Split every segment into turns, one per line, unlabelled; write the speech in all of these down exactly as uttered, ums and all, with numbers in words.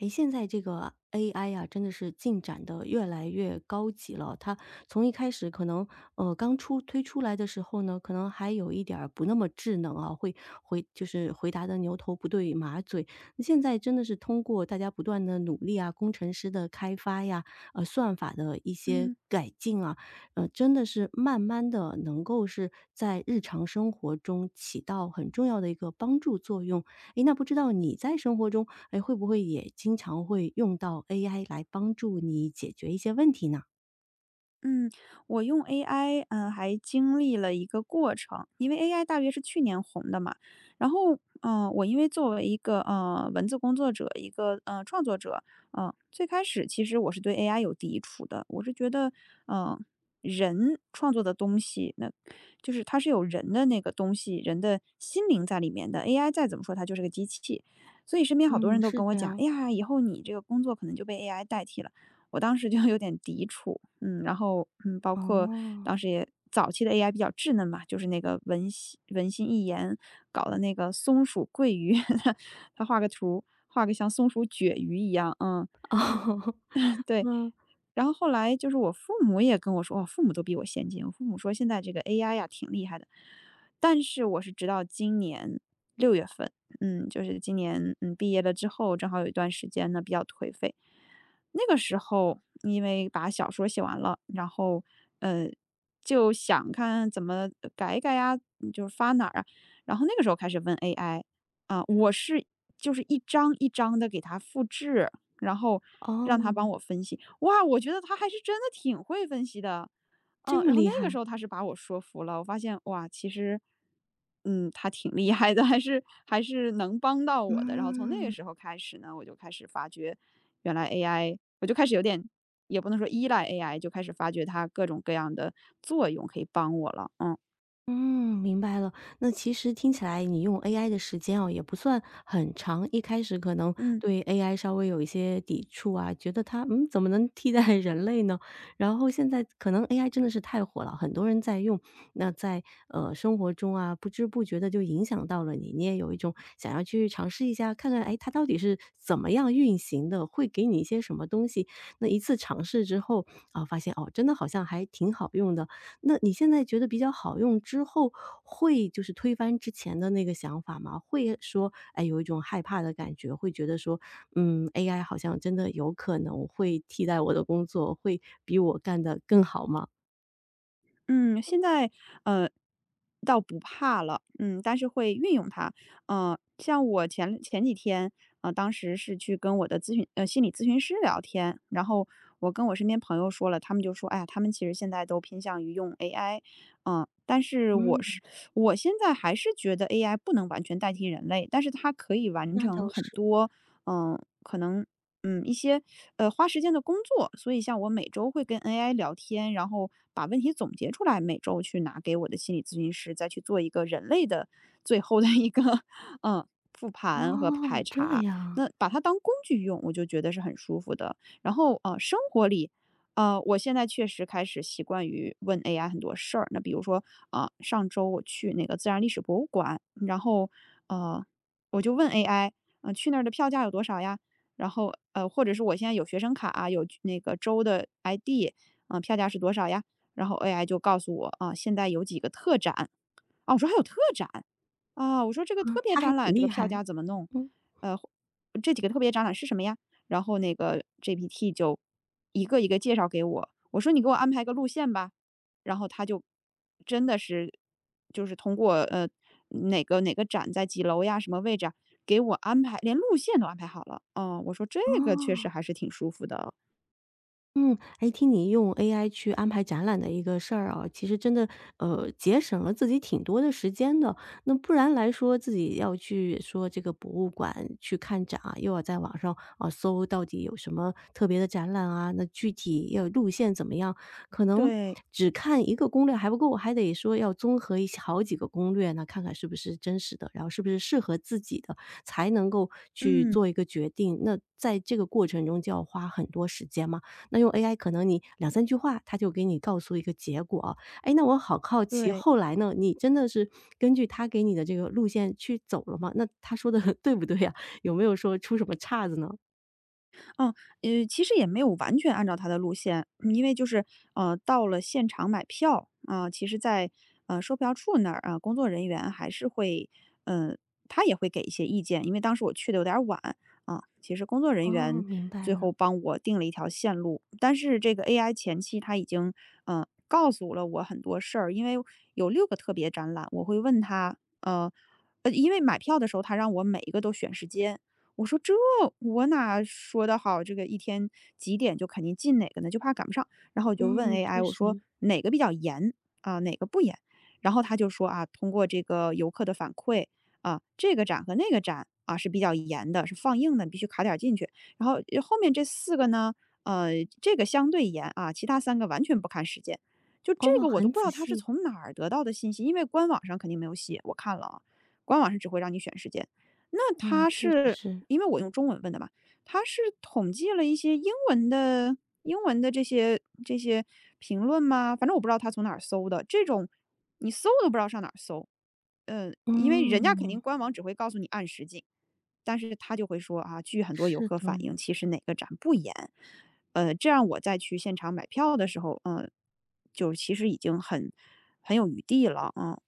诶，现在这个 A I 呀，真的是进展的越来越高级了。它从一开始可能，呃，刚出推出来的时候呢，可能还有一点儿不那么智能啊，会回就是回答的牛头不对马嘴。那现在真的是通过大家不断的努力啊，工程师的开发呀，呃，算法的一些
嗯
改进啊，呃，真的是慢慢的能够是在日常生活中起到很重要的一个帮助作用。诶，那不知道你在生活中，诶，会不会也经常会用到 A I 来帮助你解决一些问题呢？
嗯，我用 A I，嗯，还经历了一个过程，因为 A I 大约是去年红的嘛。然后，嗯、呃我因为作为一个呃文字工作者，一个呃创作者，嗯、最开始其实我是对 A I 有抵触的，我是觉得，嗯、人创作的东西，那就是它是有人的那个东西，人的心灵在里面的。A I 再怎么说，它就是个机器。所以身边好多
嗯，
人都
是
跟我
这
讲，
样。
哎呀，以后你这个工作可能就被 A I 代替了。我当时就有点抵触，嗯，然后嗯，包括
哦。
当 时也早期的 A I 比较稚嫩嘛，就是那个文心文心一言搞的那个松鼠鳜鱼，他画个图，画个像松鼠鳕鱼一样，嗯，
哦，
对，
嗯，
然后后来就是我父母也跟我说，我父母都比我先进。我父母说现在这个 A I 呀挺厉害的，但是我是直到今年六月份，嗯，就是今年嗯毕业了之后，正好有一段时间呢比较颓废。那个时候因为把小说写完了，然后呃就想看怎么呃改一改呀，就是发哪儿啊。然后那个时候开始问 A I 啊、我是就是一张一张的给它复制，然后让他
哦，
帮我分析。哇，我觉得他还是真的挺会分析的，
这
嗯，
么
然后
厉
那个
害，
时候他是把我说服了，我发现哇，其实，嗯，他挺厉害的，还是还是能帮到我的。然后从那个
嗯。
时候开始呢，我就开始发觉，原来 A I，我就开始有点，也不能说依赖 A I，就开始发觉它各种各样的作用可以帮我了，嗯。
嗯，明白了。那其实听起来你用 A I 的时间哦，也不算很长。一开始可能
嗯。
对 A I 稍微有一些抵触啊，觉得它嗯怎么能替代 人类呢？然后现在可能 A I 真的是太火了，很多人在用。那在呃生活中啊，不知不觉的就影响到了你，你也有一种想要去尝试一下，看看哎它到底是怎么样运行的，会给你一些什么东西。那一次尝试之后啊，发现哦真的好像还挺好用的。那你现在觉得比较好用之后，会就是推翻之前的那个想法吗？会说，哎，有一种害怕的感觉，会觉得说，嗯，A I 好像真的有可能会替代我的工作，会比我干得更好吗？
嗯，现在，呃，倒不怕了，嗯，但是会运用它。嗯，像我前前几天，呃，当时是去跟我的咨询呃，心理咨询师聊天，然后我跟我身边朋友说了，他们就说：“哎呀，他们其实现在都偏向于用 A I。” 嗯，但是我
嗯，
是我现在还是觉得 A I 不能完全代替人类，但是它可以完
那倒
成很
是。
多，嗯，可能嗯，一些呃花时间的工作，所以像我每周会跟 A I 聊天，然后把问题总结出来，每周去拿给我的心理咨询师，再去做一个人类的最后的一个 嗯复
哦，
盘和排
这
查。
样，
那把它当工具用，我就觉得是很舒服的。然后呃，生活里。呃，我现在确实开始习惯于问 A I 很多事儿。那比如说，啊、上周我去那个自然历史博物馆，然后呃，我就问 A I，嗯、呃去那儿的票价有多少呀？然后呃，或者是我现在有学生卡啊，有那个周的 I D，嗯、票价是多少呀？然后 A I 就告诉我啊、现在有几个特展啊，我说还有特展，啊，我说这个
啊，
特别
他还
展
挺
览这个
厉害，
票价怎么弄？
嗯。
呃，这几个特别展览是什么呀？然后那个 G P T 就一个一个介绍给我。我说你给我安排个路线吧，然后他就真的是就是通过呃哪个哪个展在几楼呀，什么位置啊，给我安排，连路线都安排好了。哦，我说这个确实
哦。
还是挺舒服的哦。
嗯，哎，听你用 A I 去安排展览的一个事儿啊，其实真的，呃，节省了自己挺多的时间的。那不然来说，自己要去说这个博物馆去看展啊，又要在网上啊搜到底有什么特别的展览啊，那具体要路线怎么样？可能
对，
只看一个攻略还不够，还得说要综合一些好几个攻略，那看看是不是真实的，然后是不是适合自己的，才能够去
嗯，
做一个决定。那在这个过程中就要花很多时间嘛。那用 A I 可能你两三句话，他就给你告诉一个结果啊。哎，那我好好奇，
对。
后来呢，你真的是根据他给你的这个路线去走了吗？那他说的 对不对呀？有没有说出什么岔子呢？
嗯，呃，其实也没有完全按照他的路线，嗯因为就是呃，到了现场买票啊、其实在，呃售票处那儿啊、工作人员还是会，嗯，他也会给一些意见，因为当时我去的有点儿晚啊、其实工作
哦，
人员
明白
最
了。
后帮我定了一条线路，但是这个 A I 前期他已经嗯告诉了我很多事儿，因为有六个特别展览，我会问他，呃，呃，因为买票的时候他让我每一个都选时间，我说这我哪说得好，这个一天几点就肯定进哪个呢？就怕赶不上。然后我就问
嗯，确
A I，我说
实。
哪个比较严啊、哪个不严？然后他就说啊，通过这个游客的反馈啊，这个展和那个展啊是比较严的，是放映的，你必须卡点儿进去。然后呃后面这四个呢，呃，这个相对严啊，其他三个完全不看时间。就这
哦，
个我都
很
不知
仔
道他是
细。
从哪儿得到的信息，因为官网上肯定没有写，我看了啊，官网上只会让你选时间。那
哦，
他
确实
是
是。
因为我用中文问的嘛，他是统计了一些英文的英文的这些这些评论吗？反正我不知道他从哪儿搜的，这种你搜都不知道上哪儿搜。嗯，因为人家肯定
嗯，
官网只会告诉你按时进，但是他就会说啊，据很多游
是
客反
的。
映，其实哪个展不严。呃，这样我再去现场买票的时候，嗯，就其实已经很很有余地了啊，嗯，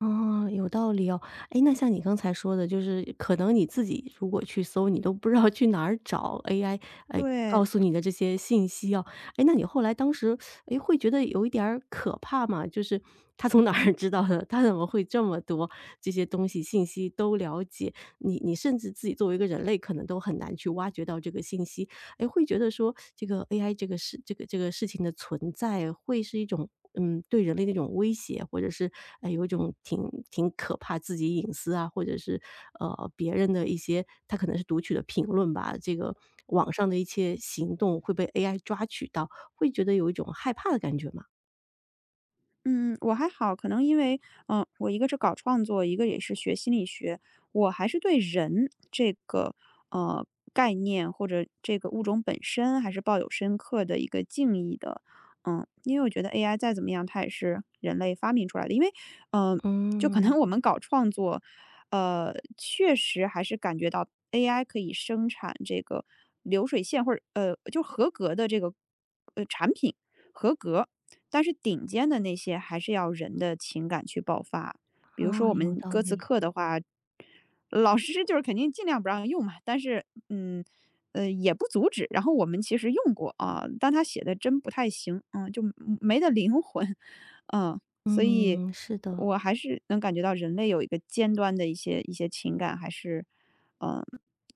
哦，有道理哦。哎，那像你刚才说的，就是可能你自己如果去搜，你都不知道去哪儿找 A I，哎，
对。
告诉你的这些信息哦。哎，那你后来当时，哎会觉得有一点儿可怕吗？就是他从哪儿 知道的？他怎么会这么多这些东西信息都了解？你你甚至自己作为一个人类，可能都很难去挖掘到这个信息。哎，会觉得说这个 A I 这个事这个这个事情的存在会是一种，嗯，对人类的一种威胁，或者是，哎，有一种挺挺可怕自己隐私啊，或者是，呃，别人的一些他可能是读取的评论吧，这个网上的一些行动会被 A I 抓取到，会觉得有一种害怕的感觉吗？
嗯，我还好，可能因为，嗯、我一个是搞创作，一个也是学心理学，我还是对人这个呃概念或者这个物种本身还是抱有深刻的一个敬意的，嗯，因为我觉得 A I 再怎么样，它也是人类发明出来的，因为，嗯、就可
嗯，
能我们搞创作，呃，确实还是感觉到 A I 可以生产这个流水线或者呃就合格的这个呃产品。合格，但是顶尖的那些还是要人的情感去爆发。比如说
啊，
我
有
们
道
歌词
理。
课的话，老师就是肯定尽量不让用嘛，但是嗯，呃，也不阻止。然后我们其实用过啊，但他写的真不太行，嗯，就没得灵魂，嗯，所以
嗯，是的。
我还是能感觉到人类有一个尖端的一些一些情感，还是嗯，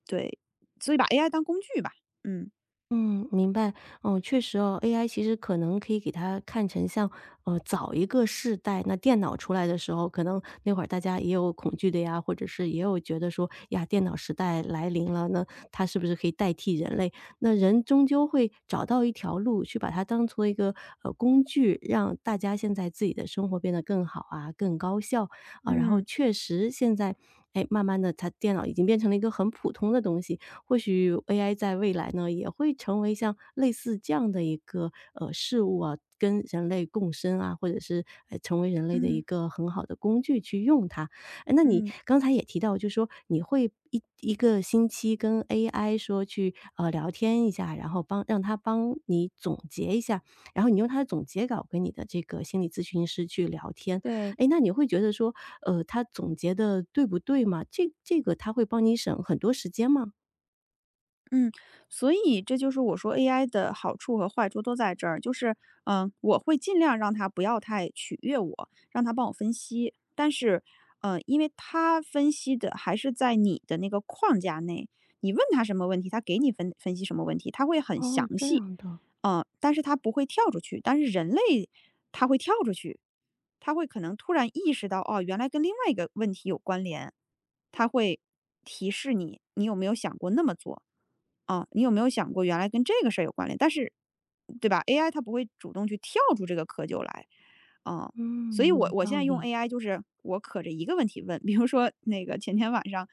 对，所以把 A I 当工具吧，嗯
嗯，明白。哦，确实哦，A I 其实可能可以给它看成像，呃，早一个世代，那电脑出来的时候，可能那会儿大家也有恐惧的呀，或者是也有觉得说，呀，电脑时代来临了，那它是不是可以代替人类？那人终究会找到一条路，去把它当做一个呃工具，让大家现在自己的生活变得更好啊，更高效啊。然后
嗯
确实现在，哎，慢慢的，它电脑已经变成了一个很普通的东西，或许 A I 在未来呢，也会成为像类似这样的一个呃事物啊，跟人类共生啊，或者是呃成为人类的一
嗯
个很好的工具去用它。哎，那你
嗯，
刚才也提到，就说你会一一个星期跟 A I 说去呃聊天一下，然后帮让它帮你总结一下，然后你用它的总结稿跟你的这个心理咨询师去聊天。
对。
哎，那你会觉得说，呃，他总结的对不对吗？这这个他会帮你省很多时间吗？
嗯，所以这就是我说 A I 的好处和坏处都在这儿，就是，嗯、我会尽量让它不要太取悦我，让它帮我分析，但是，呃，因为它分析的还是在你的那个框架内，你问他什么问题，他给你分分析什么问题，他会很
哦，
详
这
细，
样的，
嗯、但是他不会跳出去，但是人类他会跳出去，他会可能突然意识到，哦，原来跟另外一个问题有关联，它会提示你，你有没有想过那么做？啊，你有没有想过原来跟这个事儿有关联？但是，对吧？A I 它不会主动去跳出这个窠臼来，啊，所
嗯，
以我
有
我现
道
在用
理。
A I 就是我可着一个问题问，比如说那个前天晚上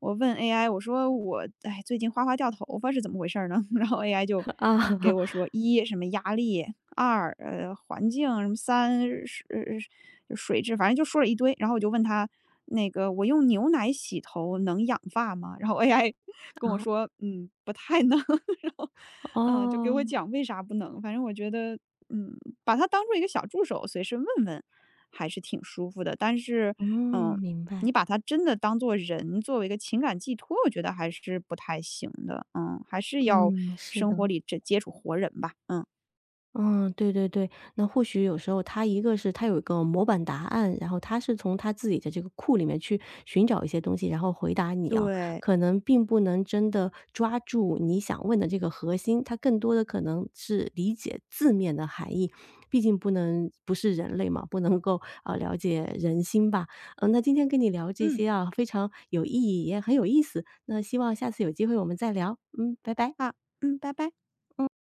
我问 A I，我说我哎最近哗哗掉头发是怎么回事儿呢？然后 A I 就给我 说一什么压力，二呃环境什么三是呃水质，反正就说了一堆。然后我就问他那个我用牛奶洗头能养发吗？然后 A I
啊，
跟我
啊。
说嗯不太能，然后嗯、呃就给我
哦。
讲为啥不能。反正我觉得嗯把它当做一个小助手，随时问问还是挺舒服的。但是
嗯，
嗯、
明白，
你把它真的当做人，作为一个情感寄托，我觉得还是不太行的。嗯，还是要
嗯，是
生
的。
活里这接触活人吧。嗯。
嗯，对对对，那或许有时候他一个是他有一个模板答案，然后他是从他自己的这个库里面去寻找一些东西，然后回答你啊，
对，
可能并不能真的抓住你想问的这个核心，他更多的可能是理解字面的含义，毕竟不能不是人类嘛，不能够啊了解人心吧。嗯，那今天跟你聊这
嗯，
些啊，非常有意义，也很有意思。那希望下次有机会我们再聊。嗯，拜拜。
好，嗯，拜拜。